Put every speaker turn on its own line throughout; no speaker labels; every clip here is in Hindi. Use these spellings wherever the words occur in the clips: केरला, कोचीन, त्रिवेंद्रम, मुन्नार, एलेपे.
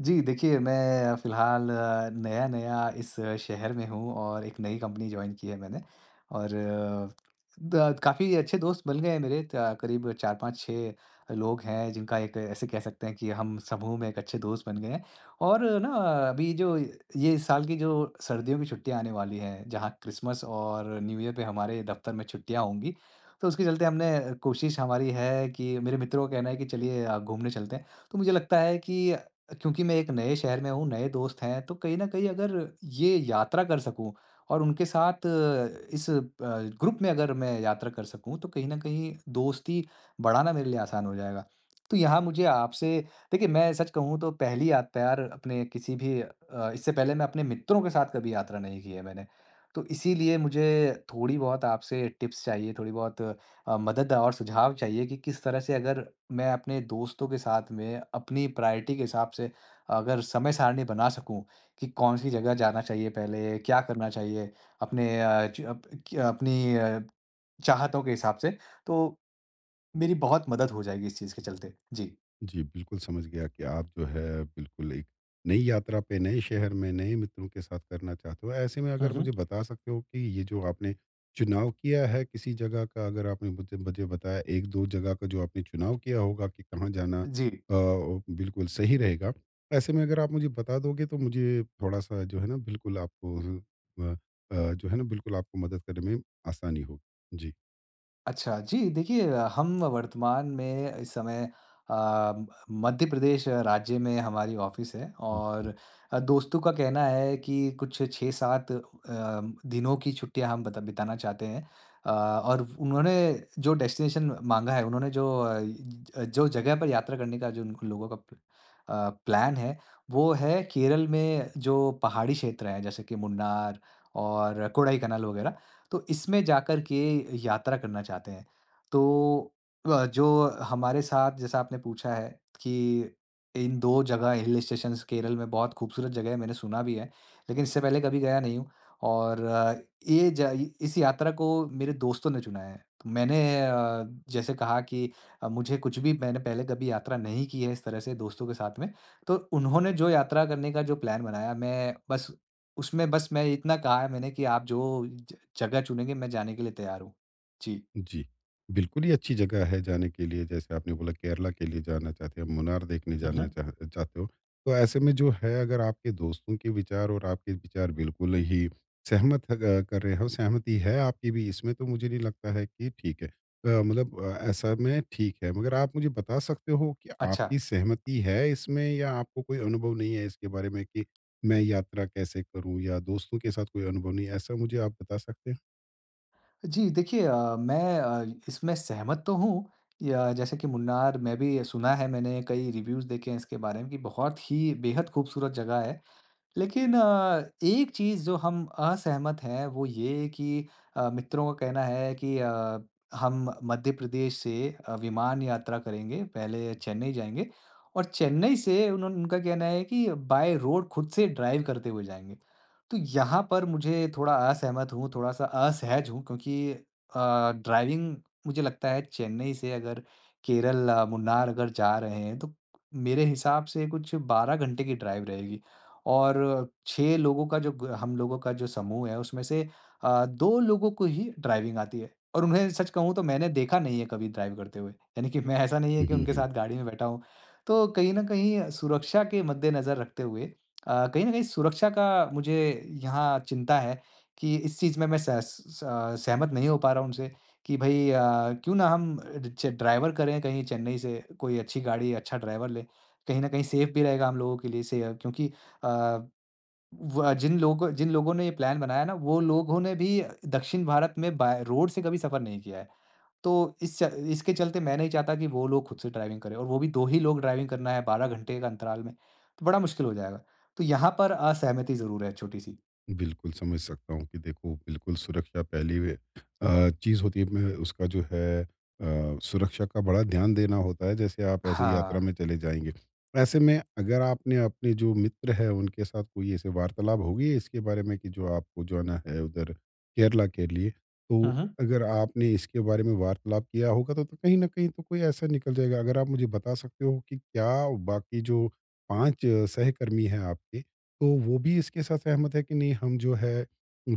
जी, देखिए मैं फ़िलहाल नया-नया इस शहर में हूँ और एक नई कंपनी जॉइन की है मैंने और द काफ़ी अच्छे दोस्त बन गए हैं मेरे त करीब 4-5-6 लोग हैं जिनका एक ऐसे कह सकते हैं कि हम समूह में एक अच्छे दोस्त बन गए हैं। और ना अभी जो ये इस साल की जो सर्दियों की छुट्टियाँ आने वाली हैं, जहाँ क्रिसमस और न्यू ईयर पे हमारे दफ़्तर में छुट्टियाँ होंगी, तो उसके चलते हमने कोशिश हमारी है कि मेरे मित्रों का कहना है कि चलिए घूमने चलते हैं। तो मुझे लगता है कि क्योंकि मैं एक नए शहर में हूँ, नए दोस्त हैं, तो कहीं न कहीं अगर ये यात्रा कर सकूँ और उनके साथ इस ग्रुप में अगर मैं यात्रा कर सकूँ, तो कहीं न कहीं दोस्ती बढ़ाना मेरे लिए आसान हो जाएगा। तो यहाँ मुझे आपसे देखिए, मैं सच कहूँ तो पहली यात तैयार अपने किसी भी अ, इससे पहले मैं अपने मित्रों के साथ कभी यात्रा नहीं की है मैंने। तो इसीलिए मुझे थोड़ी-बहुत आपसे टिप्स चाहिए, थोड़ी-बहुत मदद और सुझाव चाहिए कि किस तरह से अगर मैं अपने दोस्तों के साथ में अपनी प्रायोरिटी के हिसाब से अगर समय सारणी बना सकूं कि कौन सी जगह जाना चाहिए पहले, क्या करना चाहिए अपने अ, च अप क अपनी अ, चाहतों के हिसाब से, तो मेरी बहुत मदद हो जाएगी इस चीज़ के चलते। जी।
जी, बिल्कुल समझ गया कि आप जो है बिल्कुल एक नई यात्रा पे, नए शहर में, नए मित्रों के साथ करना चाहते हो। ऐसे में
हुँ,
अगर
हुँ।
मुझे बता सकते हो कि ये जो आपने चुनाव किया है किसी जगह का, अगर आपने मुझे मुझे बताया 1-2 जगह का जो आपने चुनाव किया होगा कि कहाँ जाना,
जी।
बिल्कुल सही रहेगा। ऐसे में अगर आप मुझे बता दोगे तो मुझे थोड़ा-सा जो है ना बिल्कुल आपको जो है ना बिल्कुल आपको मदद करने में आसानी होगी।
अच्छा, जी देखिए हम वर्तमान में इस समय अ, मध्य प्रदेश राज्य में हमारी ऑफ़िस है
जी।
और दोस्तों का कहना है कि कुछ 6-7 दिनों की छुट्टियाँ हम बता बिताना चाहते हैं। और उन्होंने जो डेस्टिनेशन माँगा है, उन्होंने जो अ, ज जो जगह पर यात्रा करने का जो उन उन लोगों का प्लान है, वो है केरल में जो पहाड़ी क्षेत्र हैं, जैसे कि मुन्नार और कोडाईकनाल वगैरह। तो इसमें जाकर के यात्रा करना चाहते हैं। तो अ, जो हमारे साथ जैसा आपने पूछा है कि इन 2 जगह हिल स्टेशंस केरल में बहुत खूबसूरत जगह है, मैंने सुना भी है, लेकिन इससे पहले कभी गया नहीं हूँ और अ, ये ज इस यात्रा को मेरे दोस्तों ने चुना है। तो मैंने अ, जैसे कहा कि मुझे कुछ भी मैंने पहले कभी यात्रा नहीं की है इस तरह से दोस्तों के साथ में, तो उन्होंने जो यात्रा करने का जो प्लान बनाया, मैं बस उसमें बस मैं इतना कहा है मैंने कि आप जो ज जगह चुनेंगे, मैं जाने के लिए तैयार हूँ। जी।
जी। बिल्कुल ही अच्छी जगह है जाने के लिए, जैसे आपने बोला केरला के लिए जाना चाहते हैं, मुन्नार देखने
हुँ,
जाना
हुँ।
चाहते हो। तो ऐसे में जो है अगर आपके दोस्तों के विचार और आपके विचार बिल्कुल ही सहमत ह ग कर रहे हो, सहमति है आपकी भी इसमें, तो मुझे नहीं लगता है कि ठीक है। मतलब ऐसा में ठीक है। मगर आप मुझे बता सकते हो कि
अच्छा।
आपकी सहमति है इसमें, या आपको कोई अनुभव नहीं है इसके बारे में कि मैं यात्रा कैसे करूँ, या दोस्तों के साथ कोई अनुभव नहीं है? ऐसा मुझे आप बता सकते हैं?
जी, देखिए मैं इसमें सहमत तो हूँ या जैसे कि मुन्नार मैं भी सुना है मैंने कई रिव्यूज़ देखे हैं इसके बारे में कि बहुत ही बेहद खूबसूरत जगह है। लेकिन एक चीज़ जो हम असहमत हैं वो ये कि मित्रों का कहना है कि हम मध्य प्रदेश से विमान यात्रा करेंगे, पहले चेन्नई जाएँगे और चेन्नई से उन्होंने उनका कहना है कि बाय रोड खुद से ड्राइव करते हुए जाएँगे। तो यहाँ पर मुझे थोड़ा असहमत हूँ, थोड़ा-सा असहज हूँ क्योंकि ड्राइविंग मुझे लगता है चेन्नई से अगर केरल, मुन्नार अगर जा रहे हैं तो मेरे हिसाब से कुछ 12 घंटे की ड्राइव रहेगी। और 6 लोगों का जो ग हम लोगों का जो समूह है, उसमें से 2 लोगों को ही ड्राइविंग आती है और उन्हें सच कहूँ तो मैंने देखा नहीं है कभी ड्राइव करते हुए। यानी कि मैं ऐसा नहीं है
हुँ,
कि
हुँ,
उनके
हुँ।
साथ गाड़ी में बैठा हूँ। तो कहीं न कहीं सुरक्षा के मद्देनज़र रखते हुए कहीं न कहीं सुरक्षा का मुझे यहाँ चिंता है कि इस चीज़ में मैं सहमत नहीं हो पा रहा हूँ उनसे कि भई क्यों ना हम च ड्राइवर करें कहीं चेन्नई से कोई अच्छी गाड़ी, अच्छा ड्राइवर लें। कहीं न कहीं सेफ़ भी रहेगा हम लोगों के लिए से क्योंकि अ, व जिन लोगों ने ये प्लान बनाया ना, वो लोगों ने भी दक्षिण भारत में बाय रोड से कभी सफ़र नहीं किया है। तो इस च इसके चलते मैं नहीं चाहता कि वो लोग खुद से ड्राइविंग करें और वो भी 2 ही लोग ड्राइविंग करना है 12 घंटे का अंतराल में, तो बड़ा मुश्किल हो जाएगा। तो यहाँ पर असहमति ज़रूर है छोटी-सी।
बिल्कुल, समझ सकता हूँ कि देखो बिल्कुल सुरक्षा पहली चीज़ होती है, मैं उसका जो है, सुरक्षा का बड़ा ध्यान देना होता है जैसे आप ऐसे
हाँ।
यात्रा में चले जाएँगे। ऐसे में अगर आपने अपने जो मित्र है उनके साथ कोई ऐसे वार्तालाप होगी इसके बारे में कि जो आपको जाना है उधर केरला के लिए, तो
हुँ, हुँ।
अगर आपने इसके बारे में वार्तालाप किया होगा तो कहीं न कहीं तो कोई ऐसा निकल जाएगा। अगर आप मुझे बता सकते हो कि क्या बाकी जो 5 सहकर्मी हैं आपके, तो वो भी इसके साथ सहमत है कि नहीं, हम जो है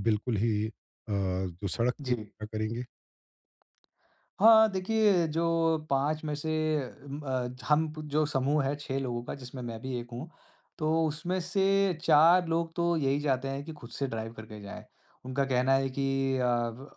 बिल्कुल ही जो सड़क की
जी।
यात्रा करेंगे।
हाँ, देखिए जो 5 में से जो समूह है 6 लोगों का जिसमें मैं भी एक हूँ, तो उसमें से 4 लोग तो यही चाहते हैं कि खुद से ड्राइव करके जाएँ। उनका कहना है कि अ, व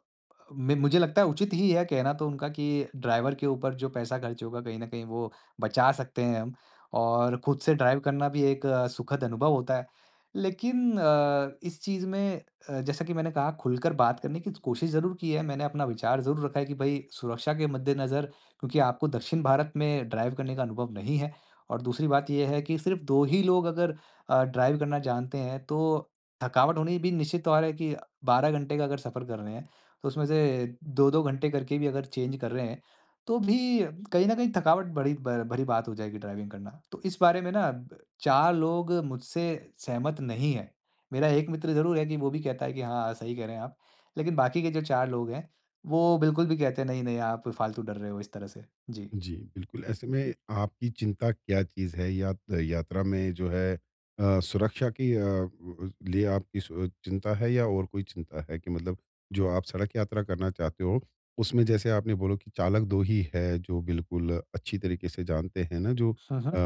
मे मुझे लगता है उचित ही है कहना तो उनका कि ड्राइवर के ऊपर जो पैसा खर्च होगा कहीं न कहीं वो बचा सकते हैं हम और खुद से ड्राइव करना भी एक सुखद अनुभव होता है। लेकिन इस चीज़ में जैसा कि मैंने कहा खुलकर बात करने की कोशिश ज़रूर की है, मैंने अपना विचार ज़रूर रखा है कि भई सुरक्षा के मद्देनज़र क्योंकि आपको दक्षिण भारत में ड्राइव करने का अनुभव नहीं है और दूसरी बात ये है कि सिर्फ़ 2 ही लोग अगर ड्राइव करना जानते हैं, तो थकावट होनी भी निश्चित तौर है कि 12 घंटे का अगर सफ़र कर रहे हैं, तो उसमें से 2-2 घंटे करके भी अगर चेंज कर रहे हैं, तो भी कहीं न कहीं थकावट बड़ी ब भरी बात हो जाएगी ड्राइविंग करना। तो इस बारे में ना ब 4 लोग मुझसे सहमत नहीं हैं। मेरा एक मित्र ज़रूर है कि वो भी कहता है कि हाँ, सही कह रहे हैं आप। लेकिन बाकी के जो 4 लोग हैं, वो बिल्कुल भी कहते नहीं, नहीं आप फ़ालतू डर रहे हो इस तरह से। जी।
जी, बिल्कुल, ऐसे में आपकी चिंता क्या चीज़ है? यात्रा में जो है, सुरक्षा की अ, उ लिए आपकी सु चिंता है, या और कोई चिंता है? कि मतलब जो आप सड़क यात्रा करना चाहते हो, उसमें जैसे आपने बोलो कि चालक 2 ही है, जो बिल्कुल अच्छी तरीके से जानते हैं ना, जो
हुँ, हुँ।
अ,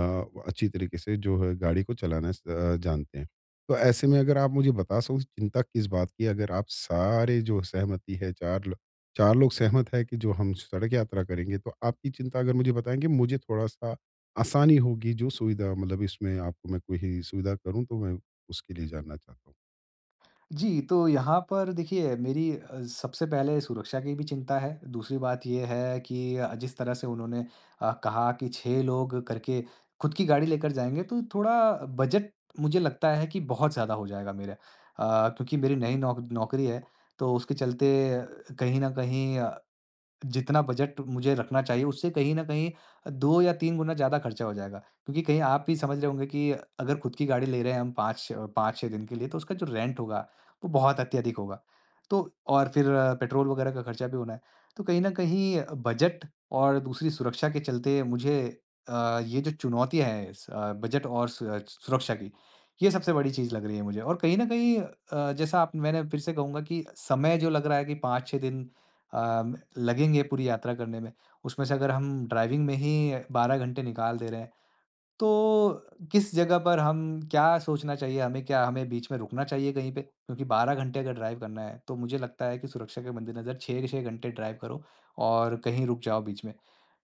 अच्छी तरीके से जो है गाड़ी को चलाना जानते हैं। तो ऐसे में अगर आप मुझे बता सको चिंता किस बात की है? अगर आप सारे जो सहमति है, 4 चार लोग सहमत है कि जो हम सड़क यात्रा करेंगे, तो आपकी चिंता अगर मुझे बताएँगे, मुझे थोड़ा-सा आसानी होगी, जो सुविधा मतलब इसमें आपको मैं कोई ही सुविधा करूँ, तो मैं उसके लिए जानना चाहता हूँ?
जी, तो यहाँ पर देखिए मेरी सबसे पहले सुरक्षा की भी चिंता है। दूसरी बात ये है कि जिस तरह से उन्होंने कहा कि 6 लोग करके खुद की गाड़ी लेकर जाएँगे तो थोड़ा बजट मुझे लगता है कि बहुत ज़्यादा हो जाएगा मेरा। क्योंकि मेरी नई नौकरी है, तो उसके चलते अ, कहीं न कहीं जितना बजट मुझे रखना चाहिए उससे कहीं न कहीं 2 या 3 गुना ज़्यादा खर्चा हो जाएगा। क्योंकि कहीं आप भी समझ रहे होंगे कि अगर खुद की गाड़ी ले रहे हैं हम 5 5-6 दिन के लिए तो उसका जो रेंट होगा वो बहुत अत्यधिक होगा। तो और फिर पेट्रोल वगैरह का खर्चा भी होना है। तो कहीं न कहीं बजट और दूसरी सुरक्षा के चलते मुझे ये जो चुनौतियाँ हैं इस बजट और सुरक्षा की, ये सबसे बड़ी चीज़ लग रही है मुझे। और कहीं न कहीं जैसा आप मैंने फिर से कहूँगा कि समय जो लग रहा है कि 5-6 दिन लगेंगे पूरी यात्रा करने में, उसमें से अगर हम ड्राइविंग में ही 12 घंटे निकाल दे रहे हैं, तो किस जगह पर हम क्या सोचना चाहिए हमें? क्या हमें बीच में रुकना चाहिए कहीं पे? क्योंकि 12 घंटे अगर ड्राइव करना है, तो मुझे लगता है कि सुरक्षा के मद्देनज़र 6-6 घंटे ड्राइव करो और कहीं रुक जाओ बीच में।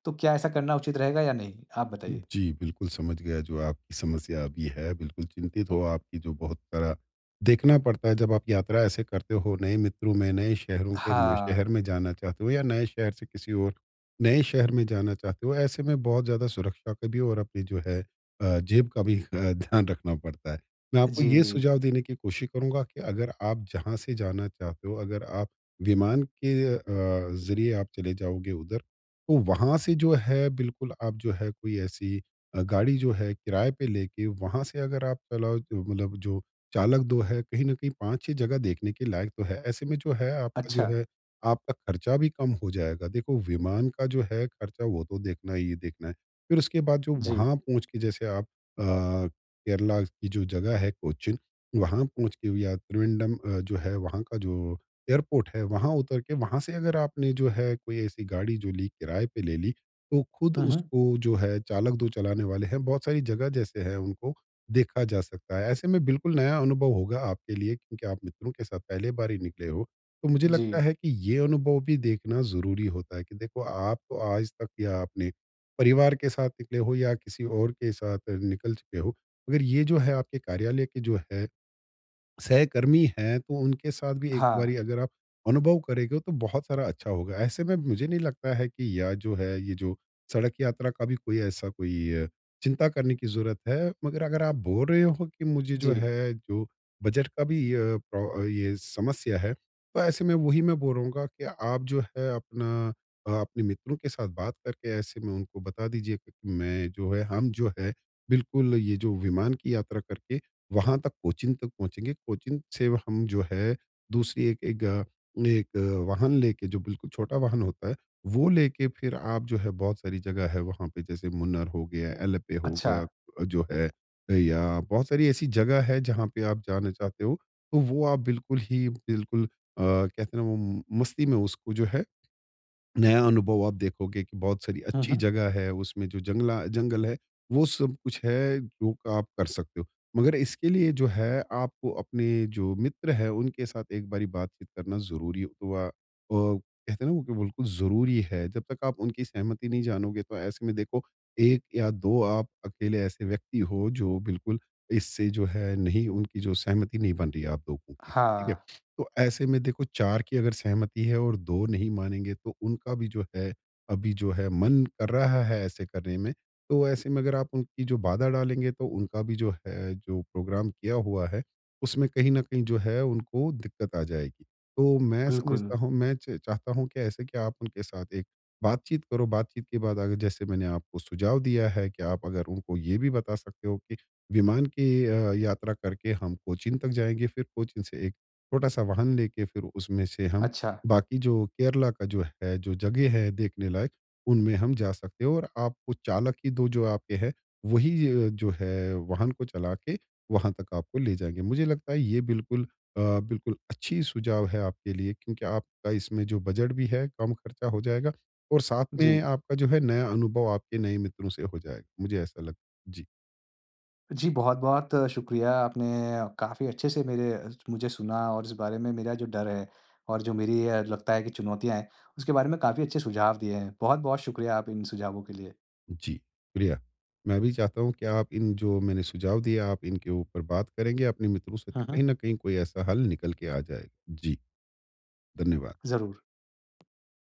तो क्या ऐसा करना उचित रहेगा या नहीं? आप बताइए।
जी, बिल्कुल समझ गया जो आपकी समस्या अभी है, बिल्कुल चिंतित हो। आपकी जो बहुत सारा देखना पड़ता है जब आप यात्रा ऐसे करते हो, नए मित्रों में, नए शहरों के में
हाँ,
शहर में जाना चाहते हो, या नए शहर से किसी और नए शहर में जाना चाहते हो, ऐसे में बहुत ज़्यादा सुरक्षा का भी और अपनी जो है, जेब का भी, ध्यान रखना पड़ता है। मैं आपको
जी।
ये सुझाव देने की कोशिश करूँगा कि अगर आप जहाँ से जाना चाहते हो, अगर आप विमान के ज़रिए आप चले जाओगे उधर, तो वहाँ से जो है बिल्कुल आप जो है कोई ऐसी गाड़ी जो है किराए पे लेके, वहाँ से अगर आप चलाओ, तो मतलब जो चालक दो है कहीं न कहीं 5-6 जगह देखने के लायक तो है। ऐसे में जो
अच्छा,
है आपका खर्चा भी कम हो जाएगा। देखो विमान का जो है खर्चा वो तो देखना ही देखना है। फिर उसके बाद जो
जी।
वहाँ पहुँच के जैसे आप, अ, केरला की जो जगह है कोचीन, वहाँ पहुँच के, या त्रिवेंद्रम, जो है वहाँ का जो एयरपोर्ट है, वहाँ उतर के वहाँ से अगर आपने जो है कोई ऐसी गाड़ी जो ली किराए पे ले ली, तो खुद
हुँ, हुँ।
उसको जो है चालक दो चलाने वाले हैं, बहुत सारी जगह जैसे है उनको देखा जा सकता है। ऐसे में बिल्कुल नया अनुभव होगा आपके लिए, क्योंकि आप मित्रों के साथ पहले बार ही निकले हो। तो मुझे
जी।
लगता है कि ये अनुभव भी देखना ज़रूरी होता है कि देखो आप तो आज तक या अपने परिवार के साथ निकले हो, या किसी और के साथ निकल चुके हो, मगर ये जो है आपके कार्यालय के जो है सहकर्मी हैं, तो उनके साथ भी एक
हाँ,
बारी अगर आप अनुभव करेंगे, तो बहुत सारा अच्छा होगा। ऐसे में मुझे नहीं लगता है कि या जो है ये जो सड़क यात्रा का भी कोई ऐसा कोई चिंता करने की ज़रूरत है। मगर अगर आप बोल रहे हो कि मुझे जो
जी।
है जो बजट का भी, अ, प्रो ये समस्या है, तो ऐसे में वही मैं बोलूँगा कि आप जो है अपने मित्रों के साथ बात करके, ऐसे में उनको बता दीजिए कि मैं जो है हम जो है बिल्कुल ये जो विमान की यात्रा करके वहाँ तक कोचीन तक पहुँचेंगे, कोचीन से हम जो है दूसरी एक एक अ, वाहन लेके, जो बिल्कुल छोटा वाहन होता है, वो लेके फिर आप जो है बहुत सारी जगह है वहाँ पे, जैसे मुन्नार हो गया, एलेपे हो
अच्छा।
गया, जो है या बहुत सारी ऐसी जगह है जहाँ पे आप जाना चाहते हो, तो वो आप बिल्कुल ही बिल्कुल कहते हैं ना वो, मस्ती में उसको जो है नया अनुभव आप देखोगे कि बहुत सारी
हुँ,
अच्छी
हुँ।
जगह है, उसमें जो जंगल है, वो सब कुछ है जो आप कर सकते हो। मगर इसके लिए जो है आपको अपने जो मित्र हैं उनके साथ एक बारी बातचीत करना ज़रूरी हुआ, कहते हैं ना वो कि बिल्कुल ज़रूरी है। जब तक आप उनकी सहमति नहीं जानोगे, तो ऐसे में देखो 1 या 2 आप अकेले ऐसे व्यक्ति हो जो बिल्कुल इससे जो है नहीं, उनकी जो सहमति नहीं बन रही है आप लोगों की। ठीक
हाँ,
है? तो ऐसे में देखो 4 की अगर सहमति है और 2 नहीं मानेंगे, तो उनका भी जो है अभी जो है मन कर रहा है ऐसे करने में। तो ऐसे में अगर आप उनकी जो बाधा डालेंगे, तो उनका भी जो है जो प्रोग्राम किया हुआ है, उसमें कहीं न कहीं जो है उनको दिक्कत आ जाएगी। तो मैं
बिल्कुल।
समझता हूँ, मैं च चाहता हूँ कि ऐसे कि आप उनके साथ एक बातचीत करो। बातचीत के बाद अगर जैसे मैंने आपको सुझाव दिया है कि आप अगर उनको ये भी बता सकते हो कि विमान की यात्रा करके हम कोचीन तक जाएँगे, फिर कोचीन से एक छोटा सा वाहन लेके, फिर उसमें से हम
अच्छा,
बाकी जो केरला का जो है जो जगह है देखने लायक, उनमें हम जा सकते हैं, और आपको चालक ही दो जो आपके है, वही जो है वाहन को चला के वहाँ तक आपको ले जाएंगे। मुझे लगता है ये बिल्कुल अच्छी सुझाव है आपके लिए, क्योंकि आपका इसमें जो बजट भी है कम खर्चा हो जाएगा, और साथ
जी।
में आपका जो है नया अनुभव आपके नए मित्रों से हो जाएगा। मुझे ऐसा लग। जी।
जी, बहुत-बहुत शुक्रिया। आपने काफ़ी अच्छे से मेरे मुझे सुना और इस बारे में मेरा जो डर है और जो मेरी लगता है कि चुनौतियाँ हैं, उसके बारे में काफ़ी अच्छे सुझाव दिए हैं। बहुत-बहुत शुक्रिया आप इन सुझावों के लिए।
जी, शुक्रिया। मैं भी चाहता हूँ कि आप इन जो मैंने सुझाव दिए, आप इनके ऊपर बात करेंगे अपने मित्रों से, तो
हुँ,
कहीं
हुँ।
न कहीं कोई ऐसा हल निकल के आ जाएगा। जी, धन्यवाद।
ज़रूर।